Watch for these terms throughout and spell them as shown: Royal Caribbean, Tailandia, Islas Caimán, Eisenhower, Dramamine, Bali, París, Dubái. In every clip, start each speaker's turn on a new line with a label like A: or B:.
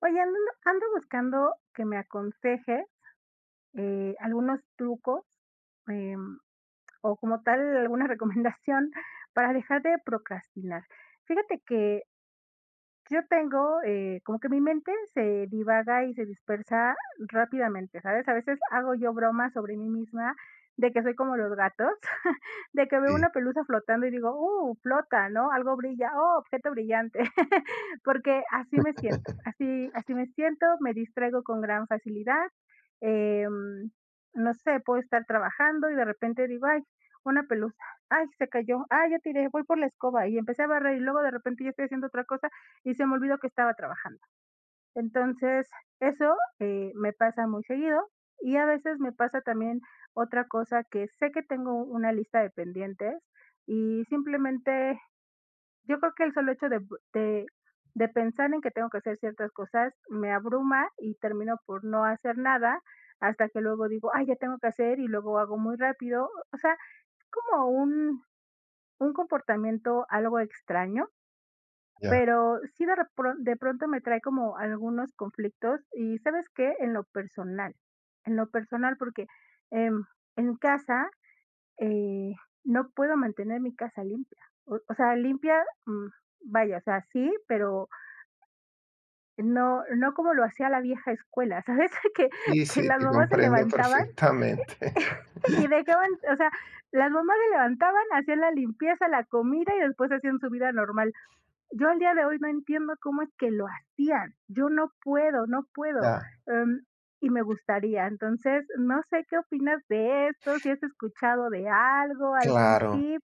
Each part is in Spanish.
A: Oye, ando buscando que me aconseje algunos trucos, em, o como tal alguna recomendación para dejar de procrastinar. Fíjate que yo tengo, como que mi mente se divaga y se dispersa rápidamente, ¿sabes? A veces hago yo bromas sobre mí misma de que soy como los gatos, de que veo
B: Sí,
A: una pelusa flotando y digo, flota, ¿no? Algo brilla, oh, objeto brillante, porque así me siento, así, así me siento, me distraigo con gran facilidad, em, no sé, puedo estar trabajando y de repente digo, ay, una pelusa, ay, se cayó, ay, ya tiré, voy por la escoba y empecé a barrer y luego de repente ya estoy haciendo otra cosa y se me olvidó que estaba trabajando. Entonces, eso me pasa muy seguido y a veces me pasa también otra cosa que sé que tengo una lista de pendientes y simplemente yo creo que el solo hecho de, de pensar en que tengo que hacer ciertas cosas me abruma y termino por no hacer nada hasta que luego digo, ay, ya tengo que hacer y luego hago muy rápido. O sea, como un comportamiento algo extraño
B: ya.
A: pero sí de pronto me trae como algunos conflictos y, ¿sabes qué? En lo personal, porque, em, en casa, eh, no puedo mantener mi casa limpia. O sea, limpia, vaya, o sea, sí, pero no como lo hacía la vieja escuela, ¿sabes?
B: Sì,
A: Que
B: sí,
A: las
B: te
A: mamás se
B: comprendo
A: levantaban
B: perfectamente.
A: y dejaban o sea, las mamás se levantaban, hacían la limpieza, la comida y después hacían su vida normal. Yo al día de hoy no entiendo cómo es que lo hacían. Yo no puedo, no puedo.
B: Ya,
A: Em, y me gustaría. Entonces, no sé qué opinas de esto, si has escuchado de algo, algún
B: claro.
A: tip,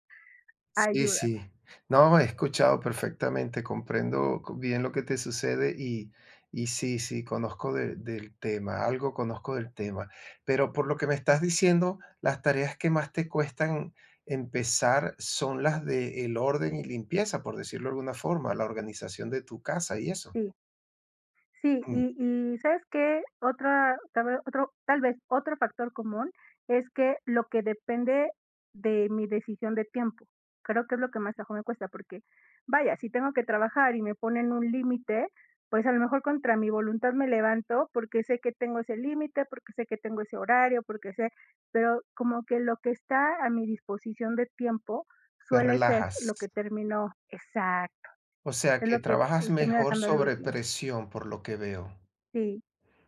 B: Sí,
A: ayuda.
B: sí. No, he escuchado perfectamente, comprendo co bien lo que te sucede y conozco de del tema, algo conozco del tema. Pero por lo que me estás diciendo, las tareas que más te cuestan empezar son las de el orden y limpieza, por decirlo de alguna forma, la organización de tu casa y eso.
A: Sí. Sí,
B: Mm,
A: y ¿sabes qué? Otra tal vez otro factor común es que lo que depende de mi decisión de tiempo. Creo que es lo que más trabajo me cuesta, porque vaya, si tengo que trabajar y me ponen un límite, pues a lo mejor contra mi voluntad me levanto, porque sé que tengo ese límite, porque sé que tengo ese horario, porque sé pero como que lo que está a mi disposición de tiempo
B: Te
A: suele ser lo
B: relajas.
A: que termino exacto,
B: O sea,
A: es
B: que
A: lo que
B: trabajas
A: termino
B: mejor
A: dejando al
B: sobre
A: último.
B: presión, por lo que veo.
A: Sí.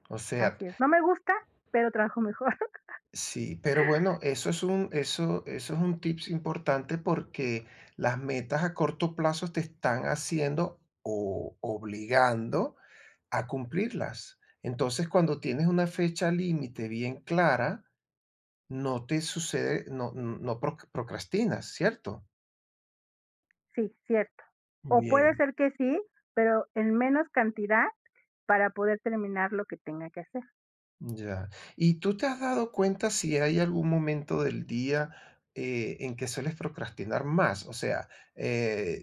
B: O sea,
A: Así es. No me gusta, pero trabajo mejor.
B: sí, pero bueno, eso es un tips importante porque las metas a corto plazo te están haciendo o obligando a cumplirlas. Entonces, cuando tienes una fecha límite bien clara, no te sucede, no, procrastinas, ¿cierto?
A: Sí, cierto. O puede
B: Bien.
A: ser que sí, pero en menos cantidad para poder terminar lo que tenga que hacer.
B: Ya. ¿Y tú te has dado cuenta si hay algún momento del día en que sueles procrastinar más? O sea, eh,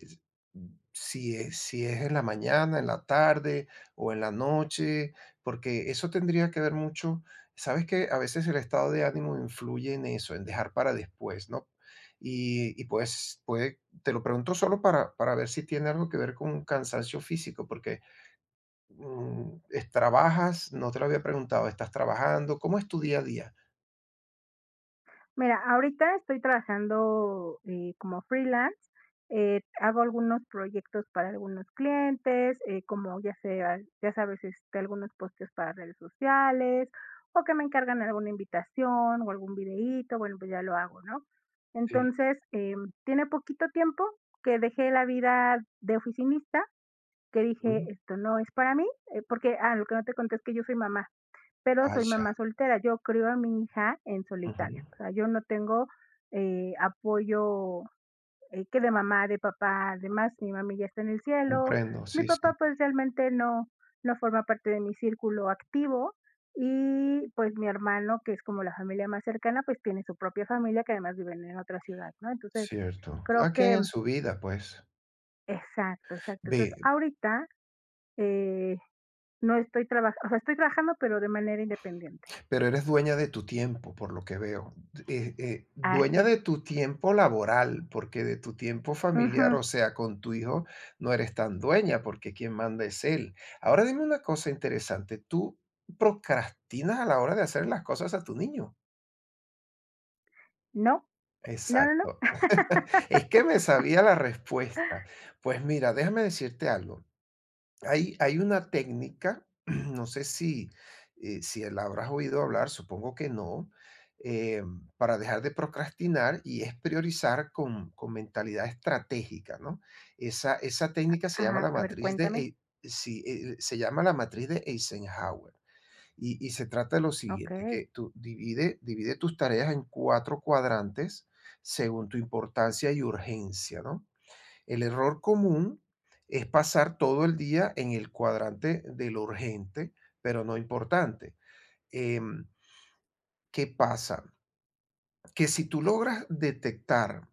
B: si es, en la mañana, en la tarde o en la noche, porque eso tendría que ver mucho. Sabes que a veces el estado de ánimo influye en eso, en dejar para después, ¿no? Y pues, te lo pregunto solo para ver si tiene algo que ver con un cansancio físico, porque Mm, es ¿trabajas? No te lo había preguntado, ¿estás trabajando? ¿Cómo es tu día a día?
A: Mira, ahorita estoy trabajando, como freelance, hago algunos proyectos para algunos clientes, como ya sabes, este, algunos posteos para redes sociales, o que me encargan alguna invitación, o algún videíto, bueno, pues ya lo hago, ¿no?
B: Sí.
A: Entonces, tiene poquito tiempo que dejé la vida de oficinista, que dije:
B: Ujú.
A: "Esto no es para mí", porque lo que no te conté es que yo soy mamá pero
B: Ah,
A: soy
B: ya.
A: mamá soltera. Yo crío a mi hija en
B: Ujú.
A: solitario. O sea, yo no tengo apoyo que de mamá, de papá, además mi mami ya está en el cielo.
B: Comprendo,
A: Mi
B: sí, sí,
A: papá pues realmente no, no forma parte de mi círculo activo. Y pues mi hermano, que es como la familia más cercana, pues tiene su propia familia que además viven en otra ciudad, ¿no? Entonces,
B: cierto.
A: creo
B: Cada quien
A: que,
B: en su vida, pues.
A: exacto, exacto. Entonces,
B: Ve,
A: ahorita eh, no estoy trabajando, o sea, estoy trabajando, pero de manera independiente.
B: pero eres dueña de tu tiempo, por lo que veo.
A: Así
B: Dueña
A: es.
B: de tu tiempo laboral, porque de tu tiempo familiar,
A: Ujú.
B: o sea, con tu hijo, no eres tan dueña, porque quien manda es él. Ahora dime una cosa interesante, ¿tú procrastinas a la hora de hacer las cosas a tu niño?
A: No, no, no,
B: Exacto.
A: no.
B: Es que me sabía la respuesta. Pues mira, déjame decirte algo. Hay una técnica, no sé si la habrás oído hablar, supongo que no, eh, para dejar de procrastinar y es priorizar con mentalidad estratégica, ¿no? Esa técnica se llama
A: Ah,
B: la
A: a ver,
B: matriz de,
A: cuéntame.
B: Ei- sí, se llama la matriz de Eisenhower. Y se trata de lo siguiente,
A: Okey.
B: que tú divide tus tareas en cuatro cuadrantes según tu importancia y urgencia, ¿no? El error común es pasar todo el día en el cuadrante de lo urgente, pero no importante. Em, ¿Qué pasa? Que si tú logras detectar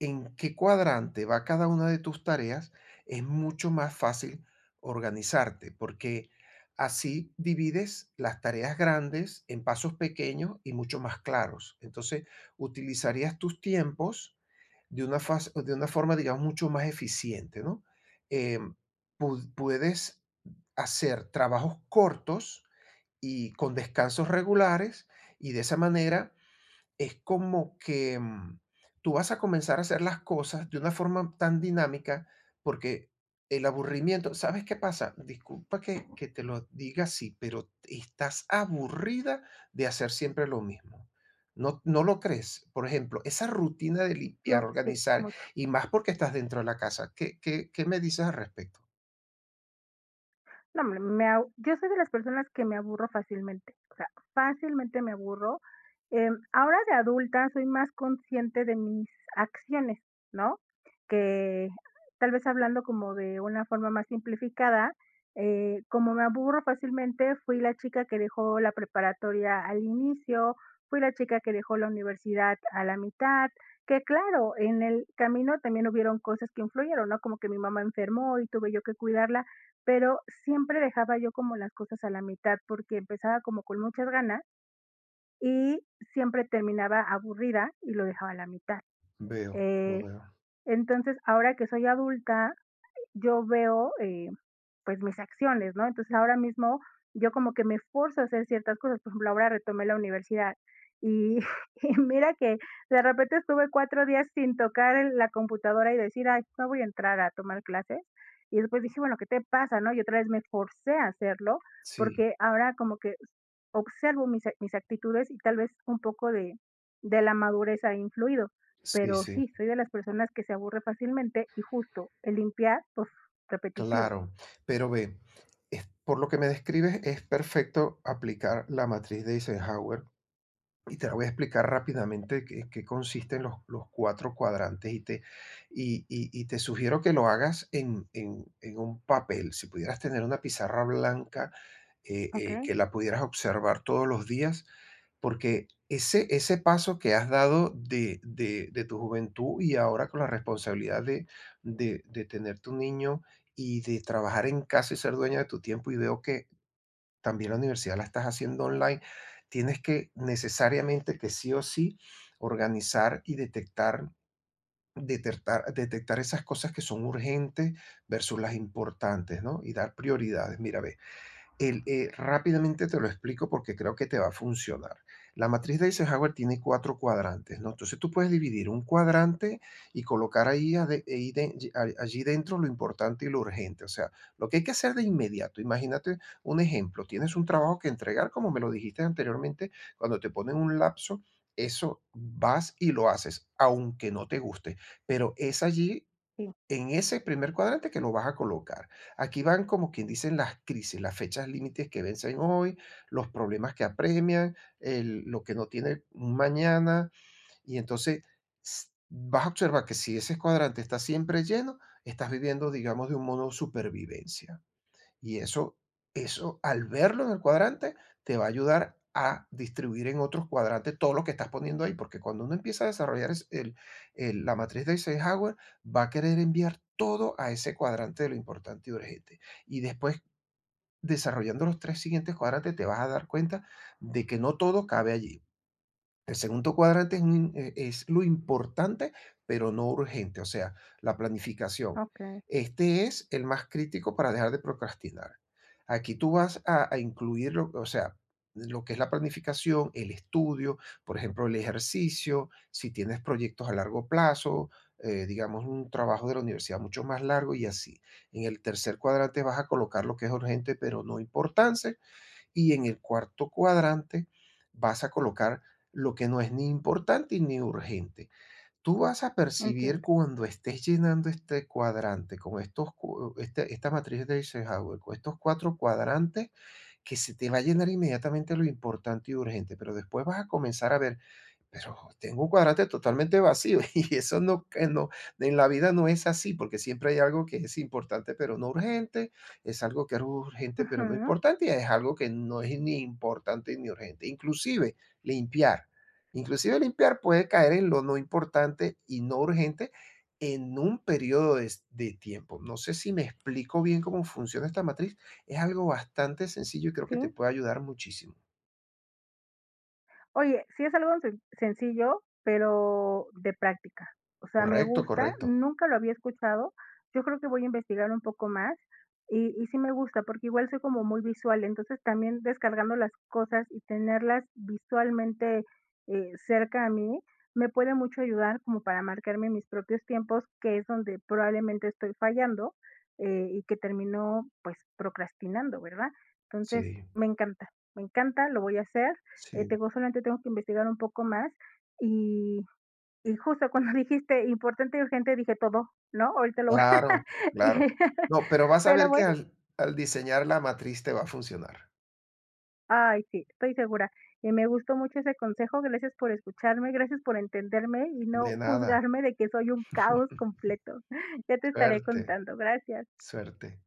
B: en qué cuadrante va cada una de tus tareas, es mucho más fácil organizarte, porque así divides las tareas grandes en pasos pequeños y mucho más claros. Entonces, utilizarías tus tiempos de una forma, digamos, mucho más eficiente, ¿no? Eh, Puedes hacer trabajos cortos y con descansos regulares y de esa manera es como que, tú vas a comenzar a hacer las cosas de una forma tan dinámica, porque el aburrimiento, ¿sabes qué pasa? Disculpa que te lo diga así, pero estás aburrida de hacer siempre lo mismo. ¿No, no lo crees? Por ejemplo, esa rutina de limpiar,
A: Yo sí,
B: organizar,
A: mucho.
B: y más porque estás dentro de la casa. ¿¿Qué me dices al respecto?
A: No, hombre, me abu yo soy de las personas que me aburro fácilmente, o sea, fácilmente me aburro. Ahora de adulta soy más consciente de mis acciones, ¿no? Que tal vez hablando como de una forma más simplificada, como me aburro fácilmente, fui la chica que dejó la preparatoria al inicio, fui la chica que dejó la universidad a la mitad, que claro, en el camino también hubieron cosas que influyeron, ¿no? Como que mi mamá enfermó y tuve yo que cuidarla, pero siempre dejaba yo como las cosas a la mitad, porque empezaba como con muchas ganas y siempre terminaba aburrida y lo dejaba a la mitad.
B: Veo, lo
A: Eh,
B: veo.
A: entonces, ahora que soy adulta, yo veo, pues mis acciones, ¿no? Entonces ahora mismo yo como que me forzo a hacer ciertas cosas, por ejemplo, ahora retomé la universidad y, y mira que de repente estuve 4 días sin tocar la computadora y decir, ay, no voy a entrar a tomar clases. Y después dije, bueno, ¿qué te pasa, no? Y otra vez me forcé a hacerlo
B: Sí,
A: porque ahora como que observo mis actitudes y tal vez un poco de la madurez ha influido.
B: sí,
A: Pero
B: sí.
A: sí, soy de las personas que se aburre fácilmente y justo el limpiar, pues repetitivo.
B: Claro, pero ve, por lo que me describes es perfecto aplicar la matriz de Eisenhower y te la voy a explicar rápidamente qué consisten los cuatro cuadrantes y y te sugiero que lo hagas en un papel. Si pudieras tener una pizarra blanca,
A: Ok.
B: que la pudieras observar todos los días, porque ese paso que has dado de tu juventud y ahora con la responsabilidad de tener tu niño y de trabajar en casa y ser dueña de tu tiempo, y veo que también la universidad la estás haciendo online, tienes que necesariamente que sí o sí organizar y detectar, detectar, detectar esas cosas que son urgentes versus las importantes, ¿no? Y dar prioridades. Mira, ve, rápidamente te lo explico porque creo que te va a funcionar. La matriz de Eisenhower tiene cuatro cuadrantes, ¿no? Entonces tú puedes dividir un cuadrante y colocar ahí, ade- ahí de- a- allí dentro lo importante y lo urgente, o sea, lo que hay que hacer de inmediato. Imagínate un ejemplo, tienes un trabajo que entregar, como me lo dijiste anteriormente, cuando te ponen un lapso, eso vas y lo haces, aunque no te guste, pero es allí
A: Sí,
B: en ese primer cuadrante que lo vas a colocar. Aquí van como quien dicen las crisis, las fechas límites que vencen hoy, los problemas que apremian, lo que no tiene un mañana, y entonces vas a observar que si ese cuadrante está siempre lleno, estás viviendo, digamos, de un modo supervivencia. Y eso al verlo en el cuadrante te va a ayudar a distribuir en otros cuadrantes todo lo que estás poniendo ahí, porque cuando uno empieza a desarrollar la matriz de Eisenhower, va a querer enviar todo a ese cuadrante de lo importante y urgente. Y después, desarrollando los tres siguientes cuadrantes, te vas a dar cuenta de que no todo cabe allí. El segundo cuadrante es lo importante, pero no urgente, o sea, la planificación.
A: okey,
B: Este es el más crítico para dejar de procrastinar. Aquí tú vas a incluir, o sea, lo que es la planificación, el estudio, por ejemplo, el ejercicio, si tienes proyectos a largo plazo, digamos, un trabajo de la universidad mucho más largo y así. En el tercer cuadrante vas a colocar lo que es urgente, pero no importante, y en el cuarto cuadrante vas a colocar lo que no es ni importante ni urgente. Tú vas a percibir
A: entiendo.
B: cuando estés llenando este cuadrante con esta matriz de Eisenhower, con estos cuatro cuadrantes, que se te va a llenar inmediatamente lo importante y urgente, pero después vas a comenzar a ver pero tengo un cuadrante totalmente vacío y eso no, que no, en la vida no es así, porque siempre hay algo que es importante pero no urgente, es algo que es urgente pero no
A: Ujú,
B: importante y es algo que no es ni importante ni urgente, limpiar, inclusive limpiar puede caer en lo no importante y no urgente en un periodo de tiempo. No sé si me explico bien cómo funciona esta matriz, es algo bastante sencillo y creo que
A: sí.
B: te puede ayudar muchísimo.
A: Oye, sí es algo sencillo, pero de práctica. O sea, me
B: Correcto,
A: gusta,
B: correcto.
A: nunca lo había escuchado. Yo creo que voy a investigar un poco más y sí me gusta, porque igual soy como muy visual, entonces también descargando las cosas y tenerlas visualmente, cerca a mí, me puede mucho ayudar como para marcarme mis propios tiempos, que es donde probablemente estoy fallando, y que termino, pues, procrastinando, ¿verdad? Entonces,
B: Sí,
A: me encanta, lo voy a hacer.
B: sí.
A: Tengo que investigar un poco más y y justo cuando dijiste importante y urgente dije todo, ¿no? Ahorita lo voy
B: Claro,
A: a y
B: claro. No, pero vas a
A: pero
B: ver que
A: bueno,
B: al diseñar la matriz te va a funcionar.
A: ay, sí, estoy segura. Y me gustó mucho ese consejo, gracias por escucharme, gracias por entenderme y no
B: De nada.
A: juzgarme de que soy un caos completo. Ya te estaré
B: Suerte,
A: contando, gracias.
B: suerte.